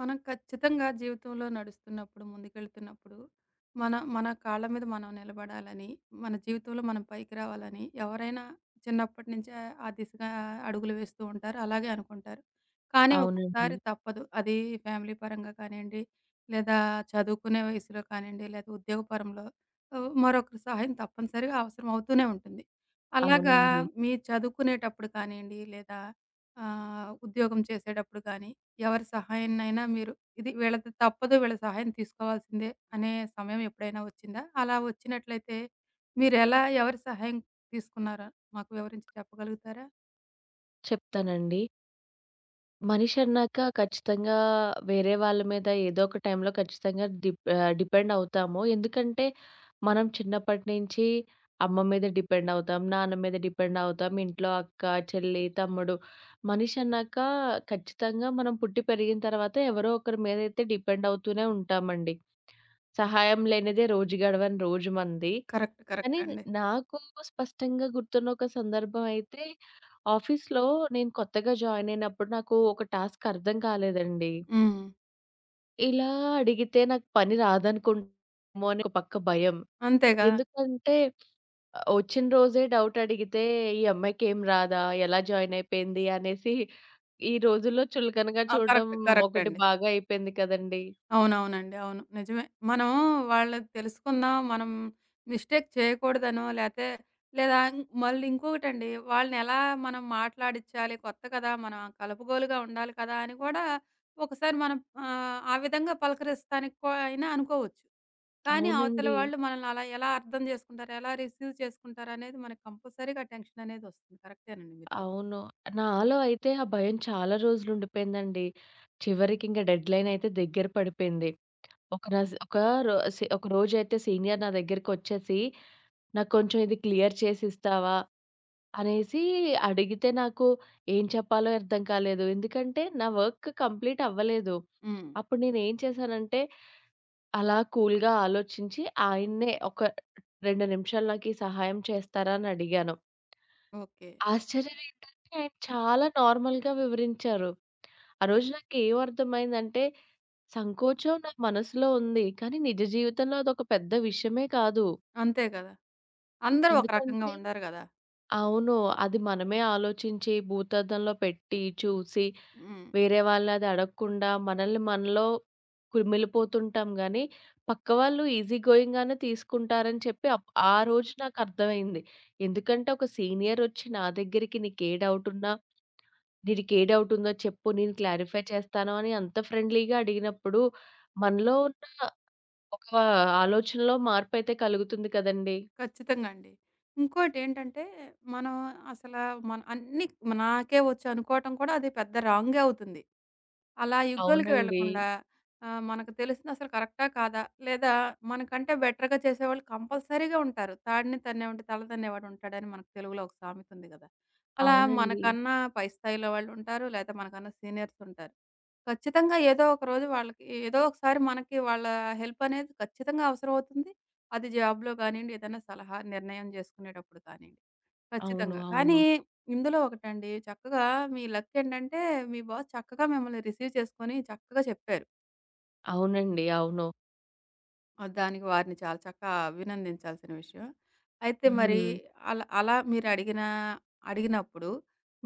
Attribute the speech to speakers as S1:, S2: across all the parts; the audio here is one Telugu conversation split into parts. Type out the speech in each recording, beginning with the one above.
S1: మనం ఖచ్చితంగా జీవితంలో నడుస్తున్నప్పుడు, ముందుకెళ్తున్నప్పుడు, మన మన కాళ్ళ మీద మనం నిలబడాలని, మన జీవితంలో మనం పైకి రావాలని ఎవరైనా చిన్నప్పటి నుంచే ఆ దిశగా అడుగులు వేస్తూ ఉంటారు. అలాగే అనుకుంటారు. కానీ
S2: అవునండి.
S1: ఒక్కొక్కసారి తప్పదు. అది ఫ్యామిలీ పరంగా కానియండి, లేదా చదువుకునే వయసులో కానియండి, లేదా ఉద్యోగ పరంలో మరొకరి సహాయం తప్పనిసరిగా అవసరం అవుతూనే ఉంటుంది. అలాగా
S2: అవునండి.
S1: మీ చదువుకునేటప్పుడు కానియండి, లేదా ఉద్యోగం చేసేటప్పుడు గాని, ఎవరి సహాయాన్నైనా మీరు ఇది వీళ్ళది తప్పదు, వీళ్ళ సహాయం తీసుకోవాల్సిందే అనే సమయం ఎప్పుడైనా వచ్చిందా? అలా వచ్చినట్లయితే మీరెలా, ఎవరి సహాయం తీసుకున్నారో మాకు వివరించి చెప్పగలుగుతారా?
S2: చెప్తానండి. మనిషి అన్నాక ఖచ్చితంగా వేరే వాళ్ళ మీద ఏదో ఒక టైంలో ఖచ్చితంగా డిపెండ్ అవుతాము. ఎందుకంటే మనం చిన్నప్పటి నుంచి అమ్మ మీద డిపెండ్ అవుతాం, నాన్న మీద డిపెండ్ అవుతాం, ఇంట్లో అక్క, చెల్లి, తమ్ముడు. మనిషి అన్నాక ఖచ్చితంగా మనం పుట్టి పెరిగిన తర్వాత ఎవరో ఒకరి మీదైతే డిపెండ్ అవుతూనే ఉంటామండి. సహాయం లేనిదే రోజు గడవని రోజు మనది.
S1: కరెక్ట్.
S2: కానీ
S1: కరెక్ట్ అండి.
S2: నాకు స్పష్టంగా గుర్తున్న ఒక సందర్భం అయితే, ఆఫీస్‌లో నేను కొత్తగా జాయిన్ అయినప్పుడు నాకు ఒక టాస్క్ అర్థం కాలేదండి.
S1: హ్మ్.
S2: ఇలా అడిగితే నాకు పని రాదనుకుంటామో అని ఒక పక్క భయం.
S1: అంతే కదా!
S2: ఎందుకంటే వచ్చిన రోజే డౌట్ అడిగితే ఈ అమ్మాయికి ఏం రాదా? ఎలా జాయిన్ అయిపోయింది? అనేసి ఈ రోజుల్లో చులకనగా
S1: ఆ!
S2: చూడడం
S1: కరెక్ట్. కరెక్ట్
S2: ఒకటి
S1: అండి.
S2: బాగా అయిపోయింది కదండీ!
S1: అవునవునండి. అవును. నిజమే. మనం వాళ్ళది తెలుసుకుందాం, మనం మిస్టేక్ చేయకూడదనో లేతే లేదా మళ్ళీ ఇంకొకటండి వాళ్ళనెలా మనం మాట్లాడిచ్చాలి, కొత్త కదా! మనం కలుపుగోలుగా ఉండాలి కదా! అని కూడా ఒకసారి మనం ఆ విధంగా పలకరిస్తానికి అయినా అనుకోవచ్చు. కానీ అవతల
S2: అవునండి.
S1: వాళ్ళు మనల్ని అలా ఎలా అర్థం జేసుకుంటారు, ఎలా రిసీవ్ చేసుకుంటారనేది మనకు కంపల్సరీగా టెన్షననేది వస్తుంది. కరెక్టేనండి మీరు చెప్పింది.
S2: అవును. నాలో అయితే ఆ భయం చాలా రోజులు ఉండిపోయిందండి. చివరికింక డెడ్‌లైన్ అయితే దగ్గర పడిపోయింది. ఒక రస్ ఒక రో సె ఒక రోజైతే సీనియర్ నా దగ్గరికొచ్చేసి, "నాకు కొంచెం ఇది క్లియర్ చేసిస్తావా?" అనేసి అడిగితే నాకు ఏం చెప్పాలో అర్థం కాలేదు. ఎందుకంటే నా వర్క్ కంప్లీట్ అవ్వలేదు.
S1: హ్మ్.
S2: అప్పుడు నేనేం చేశానంటే, అలా కూల్‌గా ఆలోచించి ఆయన్నే ఒక 2 నిమిషాలు నాకీ సహాయం చేస్తారా అని అడిగాను.
S1: ఓకే.
S2: ఆశ్చర్యం ఏంటంటే ఆయన చాలా నార్మల్‌గా వివరించారు. ఆ రోజు నాకేం అర్థమైందంటే సంకోచం నా మనసులో ఉంది. కానీ నిజ జీవితంలో అదొక పెద్ద విషయమే కాదు.
S1: అంతే గదా! అందరూ ఒక రకంగా
S2: ఎందుకంటే
S1: ఉండరు గదా!
S2: అవును. అది మనమే ఆలోచించి, భూతద్దంలో పెట్టి, చూసి,
S1: హ్మ్.
S2: వేరే వాళ్ళనది అడగకుండా మనల్ని మనలో కుమిలిపోతుంటాం గానీ, పక్కవాళ్ళు ఈజీ గోయింగ్‌గానే తీసుకుంటారని చెప్పి ఆ రోజు నాకర్థమైంది. ఎందుకంటే ఒక సీనియరొచ్చి నా దగ్గరికి నీకే డౌటున్నా, నీకే డౌటుందో చెప్పు నేను క్లారిఫై చేస్తాను అని అంత ఫ్రెండ్లీగా అడిగినప్పుడు, మనలో ఉన్న ఒక ఆలోచనలో మార్పయితే కలుగుతుంది కదండీ!
S1: ఖచ్చితంగా అండి. ఇంకోటేంటంటే, మనం అసల మన అన్నీ నాకే వచ్చు అనుకోవటం కూడా అది పెద్ద రాంగే అవుతుంది. అలా యుగాలకి
S2: అవునండి.
S1: వెళ్ళకుండా మనకు తెలిసింది అసలు కరెక్టా? కాదా? లేదా మనకంటే బెటర్‌గా చేసేవాళ్ళు కంపల్సరీగా ఉంటారు. తాడిని తన్నేవాడు తల తన్నేవాడు ఉంటాడని మనకు తెలుగులో ఒక సామెత ఉంది గదా! అలా
S2: అవునండి.
S1: మనకన్నా పై స్థాయిలో వాళ్ళుంటారు. లేతే మనకన్నా సీనియర్స్ ఉంటారు. ఖచ్చితంగా ఏదో ఒక రోజు వాళ్ళకి ఏదో ఒకసారి మనకి వాళ్ళ హెల్ప్ అనేది ఖచ్చితంగా అవసరమవుతుంది. అది జాబ్‌లో కానియండి, ఏదైనా సలహా, నిర్ణయం జేసుకునేటప్పుడు కానియండి.
S2: అవును.
S1: ఖచ్చితంగా.
S2: అవును.
S1: కానీ ఇందులో ఒకటండి, చక్కగా మీ లక్ ఏంటంటే, మీ బాస్ చక్కగా మిమ్మల్ని రిసీవ్ చేసుకొని చక్కగా చెప్పారు.
S2: అవునండి. అవును.
S1: ఆ! దానికి వారిని చాలా చక్కగా అభినందించాల్సిన విషయం. అయితే మరి
S2: హ్మ్.
S1: అలా అలా మీరడిగిన అడిగినప్పుడు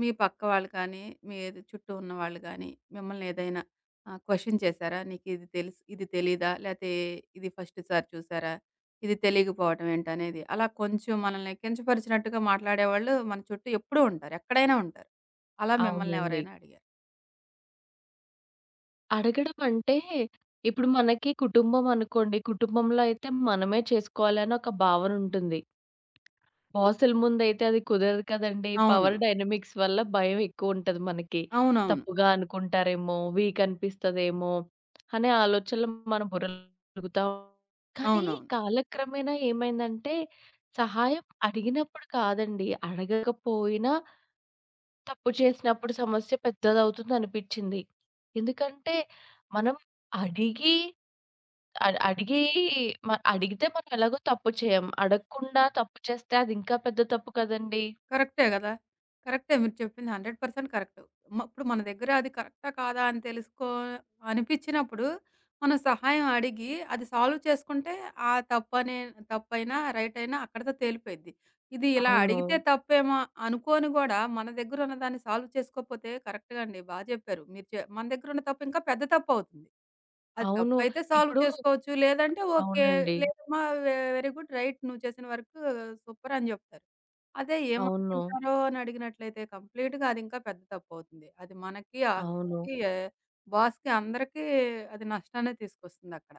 S1: మీ పక్క వాళ్ళు కానీ, మీ ఎదు- చుట్టూ ఉన్నవాళ్ళు గానీ, మిమ్మల్ని ఏదైనా క్వెషన్ చేశారా? "నీకిది తెలుసు ఇది తెలీదా? లేతే ఇది ఫస్ట్ సారి చూసారా? ఇది తెలియకపోవటం ఏంటనేది?" అలా కొంచెం మనల్ని కించపరిచినట్టుగా మాట్లాడేవాళ్ళు మన చుట్టూ ఎప్పుడూ ఉంటారు. ఎక్కడైనా ఉంటారు. అలా మిమ్మల్ని
S2: అవునండి.
S1: ఎవరైనా అడిగారా?
S2: అడగడం అంటే, ఇప్పుడు మనకి కుటుంబం అనుకోండి. కుటుంబంలో అయితే మనమే చేసుకోవాలని ఒక భావనుంటుంది. బాసుల ముందైతే అది కుదరదు కదండీ.
S1: అవును.
S2: పవర్ డైనమిక్స్ వల్ల భయం ఎక్కువుంటది మనకి.
S1: అవునవును.
S2: తప్పుగా అనుకుంటారేమో, వీక్ అనిపిస్తదేమో అనే ఆలోచనలు మన బుర్రలో తిరుగుతా. కానీ
S1: అవునవును.
S2: కాలక్రమేణా ఏమైందంటే, సహాయం అడిగినప్పుడు కాదండి, అడగకపోయినా తప్పు చేసినప్పుడు సమస్య పెద్దదవుతుందనిపిచ్చింది. ఎందుకంటే, మనం అడిగి అడ్ అడిగి మ అడిగితే మనం ఎలాగో తప్పు చేయం. అడగకుండా తప్పు చేస్తే అది ఇంకా పెద్ద తప్పు కదండీ!
S1: కరెక్టే గదా! కరెక్టే మీరు చెప్పింది 100% కరెక్టు. ఇప్పుడు మన దగ్గర అది కరెక్టా? కాదా? అని తెలుసుకో అనిపిచ్చినప్పుడు మనం సహాయం అడిగి అది సాల్వ్ చేసుకుంటే ఆ తప్పనే తప్పైనా, రైటయినా అక్కడితో తేలిపోయిద్ది. ఇది ఇలా
S2: అవును.
S1: అడిగితే తప్పేమో అనుకోని గూడా మన దగ్గరున్న దాన్ని సాల్వ్ చేసుకోకపోతే కరెక్ట్‌గా అండి. బా జెప్పారు. మీరు మన దగ్గరున్న తప్పు ఇంకా పెద్ద తప్పవుతుంది. అది
S2: అవును.
S1: తప్పైతే సాల్వ్
S2: ఇప్పుడు
S1: చేసుకోవచ్చు. లేదంటే ఓకే.
S2: అవునండి.
S1: లేదమ్మా వెరీ గుడ్ రైట్. నువ్వు చేసిన వర్క్ సూపర్ అని జెప్తారు. అదే
S2: అవును.
S1: ఏమనుకుంటారో అని అడిగినట్లయితే కంప్లీట్‌గా అది ఇంకా పెద్ద తప్పవుతుంది. అది మనకి,
S2: అవును.
S1: ఆఫీస్‌కి, బాస్‌కి అందరికీ అది నష్టాన్నే తీసుకొస్తుందక్కడ.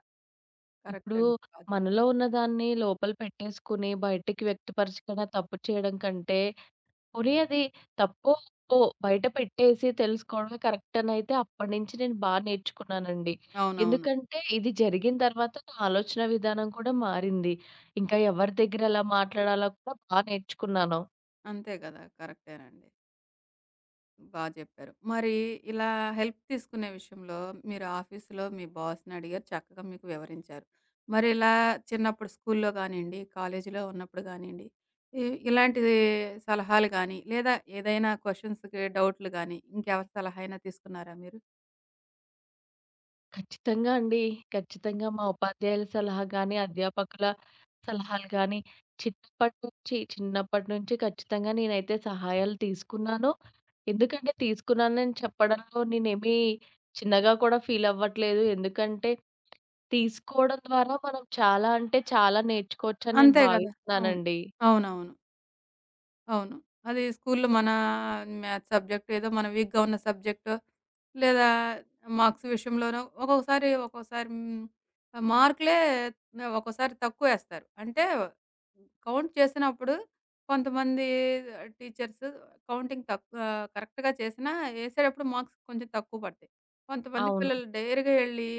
S1: కరెక్ట్
S2: ఇప్పుడు
S1: అండి. బాగా చెప్పారు.
S2: మనలో ఉన్నదాన్ని లోపల పెట్టేసుకొని బయటికి వ్యక్తపరచకుండా తప్పు చేయడం కంటే, పోనీ అది తప్పో, ఒప్పో బయట పెట్టేసి తెలుసుకోవడమే కరెక్ట్ అనైతే అప్పటినుంచి నేను బా నేర్చుకున్నానండి.
S1: అవునవును.
S2: ఎందుకంటే ఇది జరిగిన తర్వాత నా ఆలోచన విధానం కూడా మారింది. ఇంకా ఎవరి దగ్గర ఎలా మాట్లాడాలో కూడా బా నేర్చుకున్నాను.
S1: అంతే గదా! కరెక్టేనండి. బా చెప్పారు. మరి ఇలా హెల్ప్ తీసుకునే విషయంలో మీరు ఆఫీస్‌లో మీ బాస్‌ని అడిగారు. చక్కగా మీకు వివరించారు. మరి ఇలా చిన్నప్పుడు స్కూల్‌లో గానియండి, కాలేజీలో ఉన్నప్పుడు గానియండి, ఇ ఇలాంటి సలహాలు గాని, లేదా ఏదైనా క్వెషన్స్‌కి డౌట్‌లు గాని, ఇంకెవరి సలహా అయినా తీసుకున్నారా మీరు?
S2: ఖచ్చితంగా అండి. ఖచ్చితంగా మా ఉపాధ్యాయుల సలహా గాని, అధ్యాపకుల సలహాలు గానీ, చిన్నప్పటి నుంచి ఖచ్చితంగా నేనైతే సహాయాలు తీసుకున్నాను. ఎందుకంటే తీసుకున్నానని చెప్పడంలో నేనేమి చిన్నగా కూడా ఫీల్ అవ్వట్లేదు. ఎందుకంటే తీసుకోవడం ద్వారా మనం చాలా అంటే చాలా నేర్చుకోవచ్చని నేను
S1: అంతే గదా! అవును.
S2: భావిస్తున్నానండి.
S1: అవునవును. అవును. అది స్కూల్‌లో మ్యాథ్స్ సబ్జెక్ట్ ఏదో మనం వీక్‌గా ఉన్న సబ్జెక్టు, లేదా మార్క్స్ విషయంలోనో ఒక్కొక్కసారి, ఒక్కోసారి మార్కులే ఒక్కోసారి తక్కువేస్తారు. అంటే కౌంట్ చేసినప్పుడు కొంతమంది టీచర్స్ కౌంటింగ్ కరెక్ట్‌గా చేసినా ఏసేటప్పుడు మార్క్స్ కొంచెం తక్కువ పడతాయి. కొంతమంది
S2: అవును.
S1: పిల్లలు డైర్‌గా ఎళ్లి,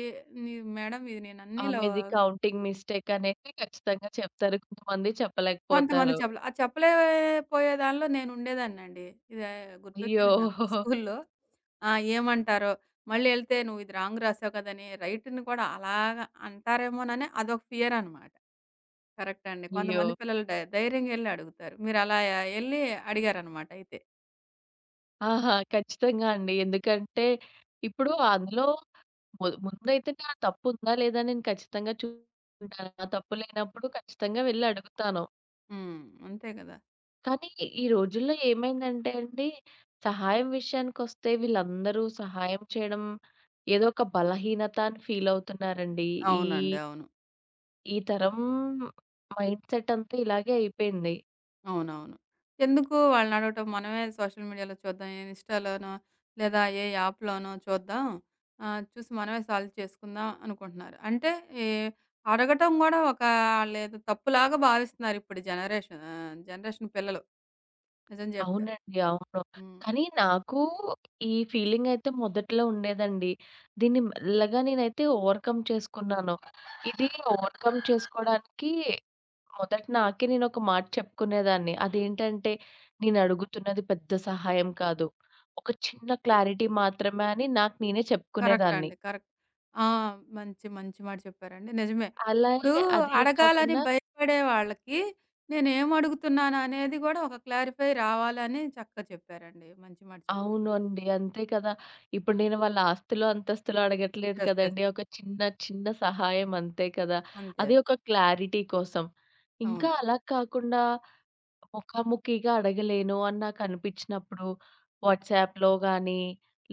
S1: "నీ మేడం ఇది
S2: ఆ!
S1: నేనన్నీలో"
S2: మీది కౌంటింగ్ మిస్టేక్ అనేది ఖచ్చితంగా చెప్తారు. కొంతమంది
S1: కొంతమంది
S2: చెప్పలేకపోతారు.
S1: చెప్పలే. ఆ చెప్పలేపోయే దానిలో నేనుండేదాన్నండి. ఇదే
S2: అయ్యో!
S1: గుర్తొచ్చింది నాకు స్కూల్లో. ఆ! ఏమంటారో, మళ్ళీ ఎళ్తే "నువ్వు ఇది రాంగ్ రాసావు కదని" రైట్‌ని కూడా అలాగా అంటారేమోనని అదొక ఫియర్ అనమాట. కరెక్ట్ అండి.
S2: అయ్యో!
S1: కొంతమంది పిల్లలు ధైర్యంగా ఎళ్లి అడుగుతారు. మీరలా ఎళ్లి అడిగారనమాట అయితే.
S2: ఆహా! ఖచ్చితంగా అండి. ఎందుకంటే ఇప్పుడు అందులో ముందైతే నా తప్పుందా లేదా నేను ఖచ్చితంగా చూసుకుంటాను. నా తప్పు లేనప్పుడు ఖచ్చితంగా వెళ్లి అడుగుతాను.
S1: హ్మ్. అంతే కదా!
S2: కానీ ఈ రోజుల్లో ఏమైందంటే అండి, సహాయం విషయానికొస్తే వీళ్ళందరూ సహాయం చేయడం ఏదో ఒక బలహీనత అని ఫీల్ అవుతున్నారండి. ఈ,
S1: అవునండి. అవును.
S2: ఈ తరం మైండ్‌సెట్ అంతా ఇలాగే అయిపోయింది.
S1: అవునవును. ఎందుకు వాళ్ళనడగటం మనమే సోషల్ మీడియాలో చూద్దాం. ఏ ఇన్‌స్టాలోనో లేదా ఏ యాప్‌లోనో చూద్దాం. చూసి మనమే సాల్వ్ చేసుకుందాం అనుకుంటున్నారు. అంటే ఈ అడగటం గూడా ఒక ఆళ్ళేదో తప్పులాగా భావిస్తున్నారు ఇప్పుడు జనరేషన్ పిల్లలు. నిజం జెప్పారు.
S2: అవునండి. అవును.
S1: హ్మ్.
S2: కానీ నాకు ఈ ఫీలింగ్ అయితే మొదట్లో ఉండేదండి. దీన్ని మెల్లగా నేనైతే ఓవర్‌కమ్ చేసుకున్నాను. ఇది ఓవర్‌కమ్ చేసుకోవడానికి మొదట నాకే నేనొక మాట చెప్పుకునేదాన్ని. అదేంటంటే నేను అడుగుతున్నది పెద్ద సహాయం కాదు. ఒక చిన్న క్లారిటీ మాత్రమే అని నాకు నేనే
S1: కరెక్ట్
S2: చెప్పుకునేదాన్ని.
S1: అండి. కరెక్ట్. ఆ! మంచి మంచి మాట చెప్పారండి. నిజమే. ఇప్పుడు
S2: అలాగే అదే
S1: అడగాలని
S2: కాకుండా
S1: భయపడే వాళ్ళకి నేనేమడుగుతున్నాను అనేది గూడా ఒక క్లారిఫై రావాలని చక్కగా చెప్పారండి. మంచి మాట చెప్పారు.
S2: అవునండి. అంతే కదా! ఇప్పుడు నేను వాళ్ళ ఆస్తులు, అంతస్తులు అడగట్లేదు
S1: యెస్. యెస్.
S2: కదండీ. చిన్న సహాయం అంతే కదా!
S1: అంతే
S2: అది
S1: అది.
S2: ఒక క్లారిటీ కోసం. ఇంకా
S1: అవును.
S2: అలా కాకుండా ముఖాముఖిగా అడగలేను అని నాకనిపిచ్చినప్పుడు వాట్సాప్‌లో గానీ,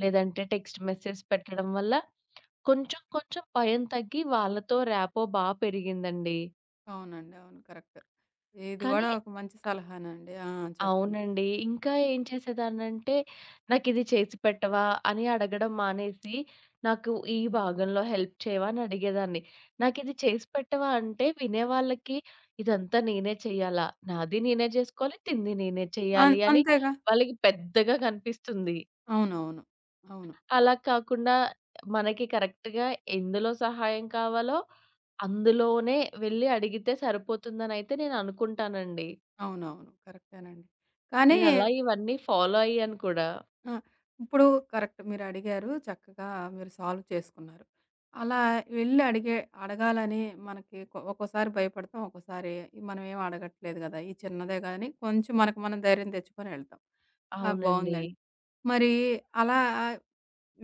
S2: లేదంటే టెక్స్ట్ మెసేజ్ పెట్టడం వల్ల కొంచెం భయం తగ్గి వాళ్ళతో ర్యాపో బా పెరిగిందండి.
S1: అవునండి. అవును. కరెక్ట్. ఇది
S2: కానీ
S1: గూడా ఒక మంచి సలహానండి. ఆ! చెప్పండి.
S2: అవునండి. ఇంకా ఏం చేసేదాన్నంటే, నాకిది చేసి పెట్టవా? అని అడగడం మానేసి, నాకు ఈ భాగంలో హెల్ప్ చేయవా? అని అడిగేదాన్ని. నాకిది చేసి పెట్టవా? అంటే వినేవాళ్ళకి ఇదంతా నేనే చెయ్యాలా? నాది నేనే జేసుకోవాలి, తింది నేనే చెయ్యాలి అని
S1: అంతేగా.
S2: వాళ్ళకి పెద్దగా కనిపిస్తుంది.
S1: అవునవును. అవును.
S2: అలా కాకుండా మనకి కరెక్ట్‌గా ఎందులో సహాయం కావాలో, అందులోనే వెళ్లి అడిగితే సరిపోతుందనైతే నేననుకుంటానండి.
S1: అవునవును. కరెక్టేనండి. కానీ
S2: నేనలా ఇవన్నీ ఫాలో అయ్యాను కూడా.
S1: ఆ! ఇప్పుడు కరెక్ట్ మీరడిగారు. చక్కగా మీరు సాల్వ్ చేసుకున్నారు. అలా వెళ్లి అడిగే అడగాలని మనకి ఒక్కోసారి భయపడతాం. ఒక్కోసారి మనమేం అడగట్లేదు గదా! ఈ చిన్నదే గాని కొంచెం మనకు మనం ధైర్యం తెచ్చుకొని ఎళ్తాం. ఆ!
S2: అవునండి.
S1: బావుందండి. మరి అలా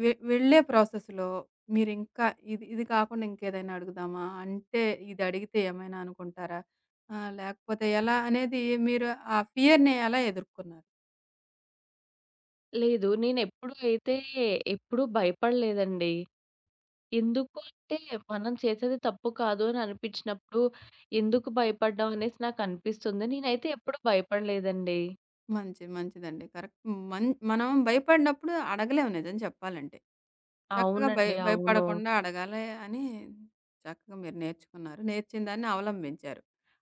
S1: వెళ్ళే ప్రాసెస్‌లో మీరింకా ఇది ఇది కాకుండా ఇంకేదైనా అడుగుదామా? అంటే ఇది అడిగితే ఏమైనా అనుకుంటారా? లేకపోతే ఎలా అనేది మీరు ఆ ఫియర్‌ని ఎలా ఎదుర్కొన్నారు?
S2: లేదు. నేనెప్పుడు అయితే ఎప్పుడూ భయపడలేదండి. ఎందుకు అంటే మనం చేసేది తప్పు కాదు అని అనిపించినప్పుడు ఎందుకు భయపడ్డం అనేసి నాకనిపిస్తుంది. నేనైతే ఎప్పుడు భయపడలేదండి.
S1: మంచిది. మంచిదండి. కరెక్ట్. మనం భయపడినప్పుడు అడగలేము నిజం చెప్పాలంటే. చక్కగా
S2: అవునండి. అవును.
S1: భయపడకుండా అడగాలి అని చక్కగా మీరు నేర్చుకున్నారు. నేర్చిన దాన్ని అవలంబించారు.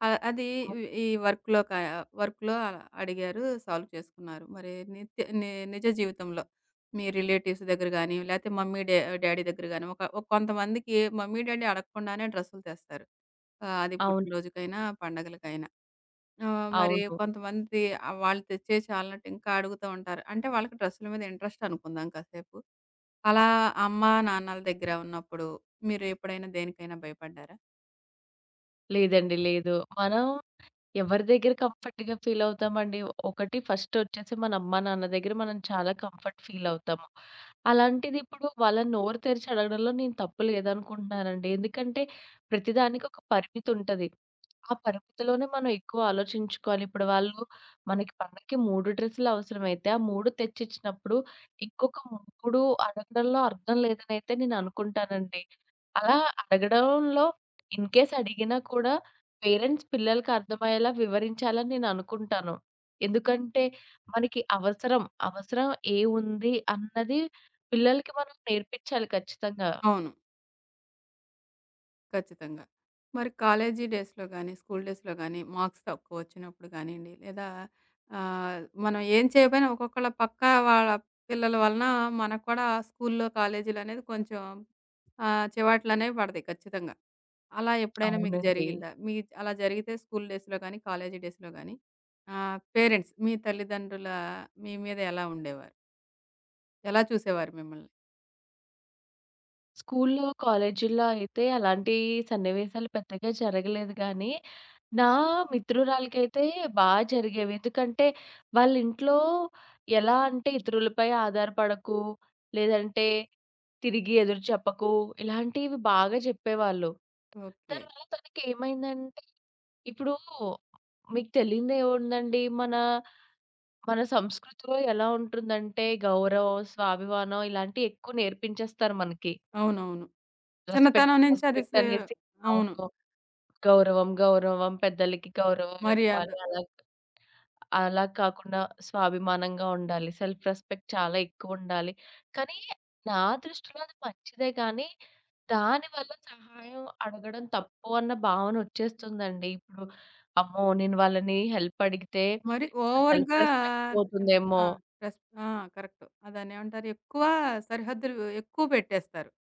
S1: అది
S2: అవ్
S1: ఈ ఈ వర్క్‌లో క వర్క్‌లో అడిగారు, సాల్వ్ చేసుకున్నారు. మరి నిత్య ని నిజ జీవితంలో మీ రిలేటివ్స్ దగ్గర గాని, లేతే మమ్మీ, డాడీ దగ్గర గాని ఒక ఒక కొంతమందికి మమ్మీ, డాడీ అడగకుండానే డ్రెస్సులు తెస్తారు. ఆహ్, అది
S2: అవును.
S1: పుట్టినరోజుకైనా, పండగలకైనా. ఆ! మరి
S2: అవును.
S1: కొంతమంది వాళ్ళు తెచ్చేయి చాలినట్టు ఇంకా అడుగుతూ ఉంటారు. అంటే వాళ్ళకి డ్రెస్సుల మీద ఇంట్రెస్ట్ అనుకుందాం కాసేపు.
S2: అవ్
S1: అలా అమ్మ, నాన్నల దగ్గర ఉన్నప్పుడు మీరు ఎప్పుడైనా దేనికైనా భయపడ్డారా?
S2: లేదండి, లేదు. మనం ఎవరి దగ్గర కంఫర్ట్‌గా ఫీలవుతామండి. ఒకటి ఫస్ట్ వచ్చేసి మన అమ్మ, నాన్న దగ్గర మనం చాలా కంఫర్ట్ ఫీలవుతాము. అలాంటిది ఇప్పుడు వాళ్ళని నోరు తెరిచి అడగడంలో నేను తప్పు లేదనుకుంటున్నానండి. ఎందుకంటే ప్రతిదానికి ఒక పరిమితుంటది. ఆ పరిమితిలోనే మనం ఎక్కువ ఆలోచించుకోవాలి. ఇప్పుడు వాళ్ళు మనకి పండగకి 3 డ్రెస్సులు అవసరమైతే, ఆ 3 తెచ్చిచ్చినప్పుడు ఇంకొక 3 అడగడంలో అర్థం లేదనైతే నేను అనుకుంటానండి. అలా అడగడంలో ఇన్‌కేస్ అడిగినా కూడా పేరెంట్స్ పిల్లలకి అర్థమయ్యేలా వివరించాలని నేను అనుకుంటాను. ఎందుకంటే మనకి అవసరం ఏవుంది అన్నది పిల్లలకి మనం నేర్పించాలి ఖచ్చితంగా.
S1: అవును. ఖచ్చితంగా. మరి కాలేజీ డేస్‌లో గాని, స్కూల్ డేస్‌లో గాని, మార్క్స్ తక్కువొచ్చినప్పుడు గానియండి, లేదా మనం ఏం చేయకపోయినా ఒక్కొక్కళ్ళ పక్కా వాళ్ళ పిల్లల వలన మనకు కూడా స్కూల్లో, కాలేజీలనేది కొంచెం చివాట్లనేవి పడతాయి ఖచ్చితంగా. అలా ఎప్పుడైనా మీకు
S2: అవునండి.
S1: జరిగిందా? అలా జరిగితే స్కూల్ డేస్‌లో గాని, కాలేజీ డేస్‌లో గాని పేరెంట్స్ మీ తల్లిదండ్రుల మీద ఎలా ఉండేవారు? ఎలా చూసేవారు మిమ్మల్ని?
S2: స్కూల్లో, కాలేజీల్లో అయితే అలాంటి సన్నివేశాలు పెద్దగా జరగలేదు గానీ, నా మిత్రురాలికైతే బా జరిగేవి. ఎందుకంటే, వాళ్ళింట్లో ఎలా అంటే ఇతరులపై ఆధారపడకు, లేదంటే తిరిగి ఎదురు చెప్పకు, ఇలాంటివి బాగా జెప్పేవాళ్ళు.
S1: ఓకే.
S2: దానివల్ల తనకేమైందంటే ఇప్పుడు మీకు తెలియనిదే ఏముందండి, మన మన సంస్కృతిలో ఎలా ఉంటుందంటే గౌరవం, స్వాభిమానం ఇలాంటియి ఎక్కువ నేర్పించేస్తారు మనకి.
S1: అవునవును. చిన్నతనం నుంచి అది
S2: రెస్పెక్ట్
S1: సే
S2: అనేసి
S1: అవును.
S2: అవును. గౌరవం పెద్దలకి గౌరవం
S1: మర్యాద.
S2: ఇవ్వాలి. అలా అలా కాకుండా స్వాభిమానంగా ఉండాలి. సెల్ఫ్ రెస్పెక్ట్ చాలా ఎక్కువుండాలి. కానీ నా దృష్టిలో అది మంచిదే గానీ, దానివల్ల సహాయం అడగడం తప్పు అన్న భావన వచ్చేస్తుందండి. ఇప్పుడు అమ్మో! నేను వాళ్ళని హెల్ప్ అడిగితే
S1: మరి
S2: సెల్ఫ్
S1: ఓవర్‌గా
S2: రెస్పెక్ట్
S1: ద
S2: పోతుందేమో!
S1: ఆ! ఆ! కరెక్ట్. దాన్నేమంటారు? ఎక్కువ సరిహద్దులు ఎక్కువ పెట్టేస్తారు.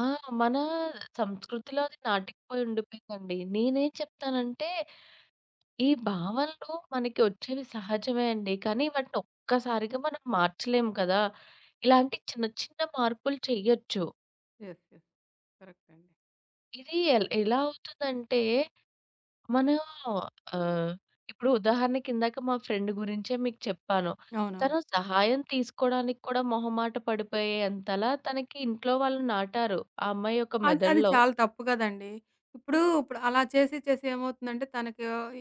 S2: ఆ! మన సంస్కృతిలో అది నాటుకుపోయి ఉండిపోయిందండి. నేనేం చెప్తానంటే ఈ భావనలు మనకి వచ్చేవి సహజమే అండి. కానీ వాటిని ఒక్కసారిగా మనం మార్చలేము కదా! ఇలాంటి చిన్న చిన్న మార్పులు చెయ్యొచ్చు.
S1: యెస్. యెస్. కరెక్ట్ అండి.
S2: ఇది ఎలా అవుతుందంటే మనం ఆహ్, ఇప్పుడు ఉదాహరణకి ఇందాక మా ఫ్రెండ్ గురించే మీకు చెప్పాను.
S1: అవునవును.
S2: తను సహాయం తీసుకోవడానికి కూడా మొహమాట పడిపోయేంతలా తనకి ఇంట్లో వాళ్ళు నాటారు. ఆ అమ్మాయి యొక్క
S1: అది అది
S2: మెదడులో.
S1: చాలా తప్పు కదండీ. ఇప్పుడు అలా చేసి చేసి ఏమవుతుందంటే తనకి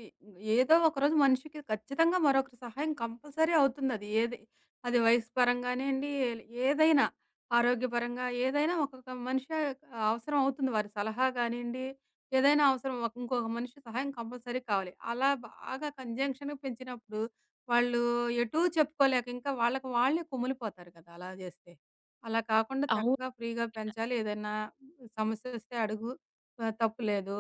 S1: ఏదో ఒకరోజు మనిషికి ఖచ్చితంగా మరొకరి సహాయం కంపల్సరీ అవుతుందది. అది వయసు పరంగానేండి, ఏదైనా ఆరోగ్యపరంగా ఏదైనా ఒకొక్క మనిషి అవసరం అవుతుంది. వారి సలహా గానియండి, ఏదైనా అవసరం ఒక ఇంకొక మనిషి సహాయం కంపల్సరీ కావాలి. అలా బాగా కంజంక్షన్‌గా పెంచినప్పుడు వాళ్ళు ఎటూ చెప్పుకోలేక ఇంకా వాళ్ళకి వాళ్ళే కుమిలిపోతారు కదా! అలా చేస్తే. అలా కాకుండా
S2: అవును.
S1: చక్కగా ఫ్రీగా పెంచాలి. ఏదైనా సమస్యొస్తే అడుగు. ఆహ్, తప్పు లేదు.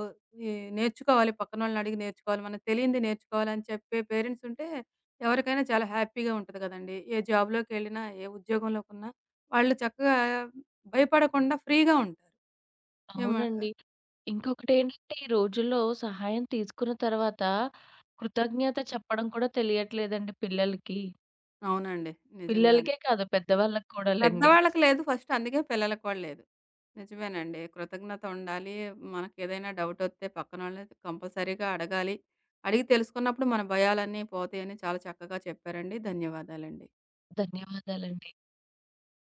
S1: ఈ నేర్చుకోవాలి పక్కనోళ్ళని అడిగి నేర్చుకోవాలి. మనకు తెలియంది నేర్చుకోవాలని చెప్పే పేరెంట్స్ ఉంటే ఎవరికైనా చాలా హ్యాపీగా ఉంటది గదండీ! ఏ జాబ్‌లోకెళ్ళినా, ఏ ఉద్యోగంలోకున్నా వాళ్ళు చక్కగా భయపడకుండా ఫ్రీగా ఉంటారు. ఏమ
S2: అవునండి. ఇంకొకటేంటంటే ఈ రోజుల్లో సహాయం తీసుకున్న తర్వాత కృతజ్ఞత చెప్పడం కూడా తెలియట్లేదండి పిల్లలకి.
S1: అవునండి. నిజంగానే.
S2: పిల్లలకే కాదు పెద్దవాళ్ళకి కూడాలండి.
S1: పెద్దవాళ్ళకి లేదు ఫస్ట్. అందుకే పిల్లలకి కూడా లేదు. నిజమేనండి. కృతజ్ఞత ఉండాలి. మనకేదైనా డౌటొస్తే పక్కనోళ్ళని కంపల్సరీగా అడగాలి. అడిగి తెలుసుకున్నప్పుడు మన భయాలన్నీ పోతాయని చాలా చక్కగా చెప్పారండి. ధన్యవాదాలండి.
S2: ధన్యవాదాలండి.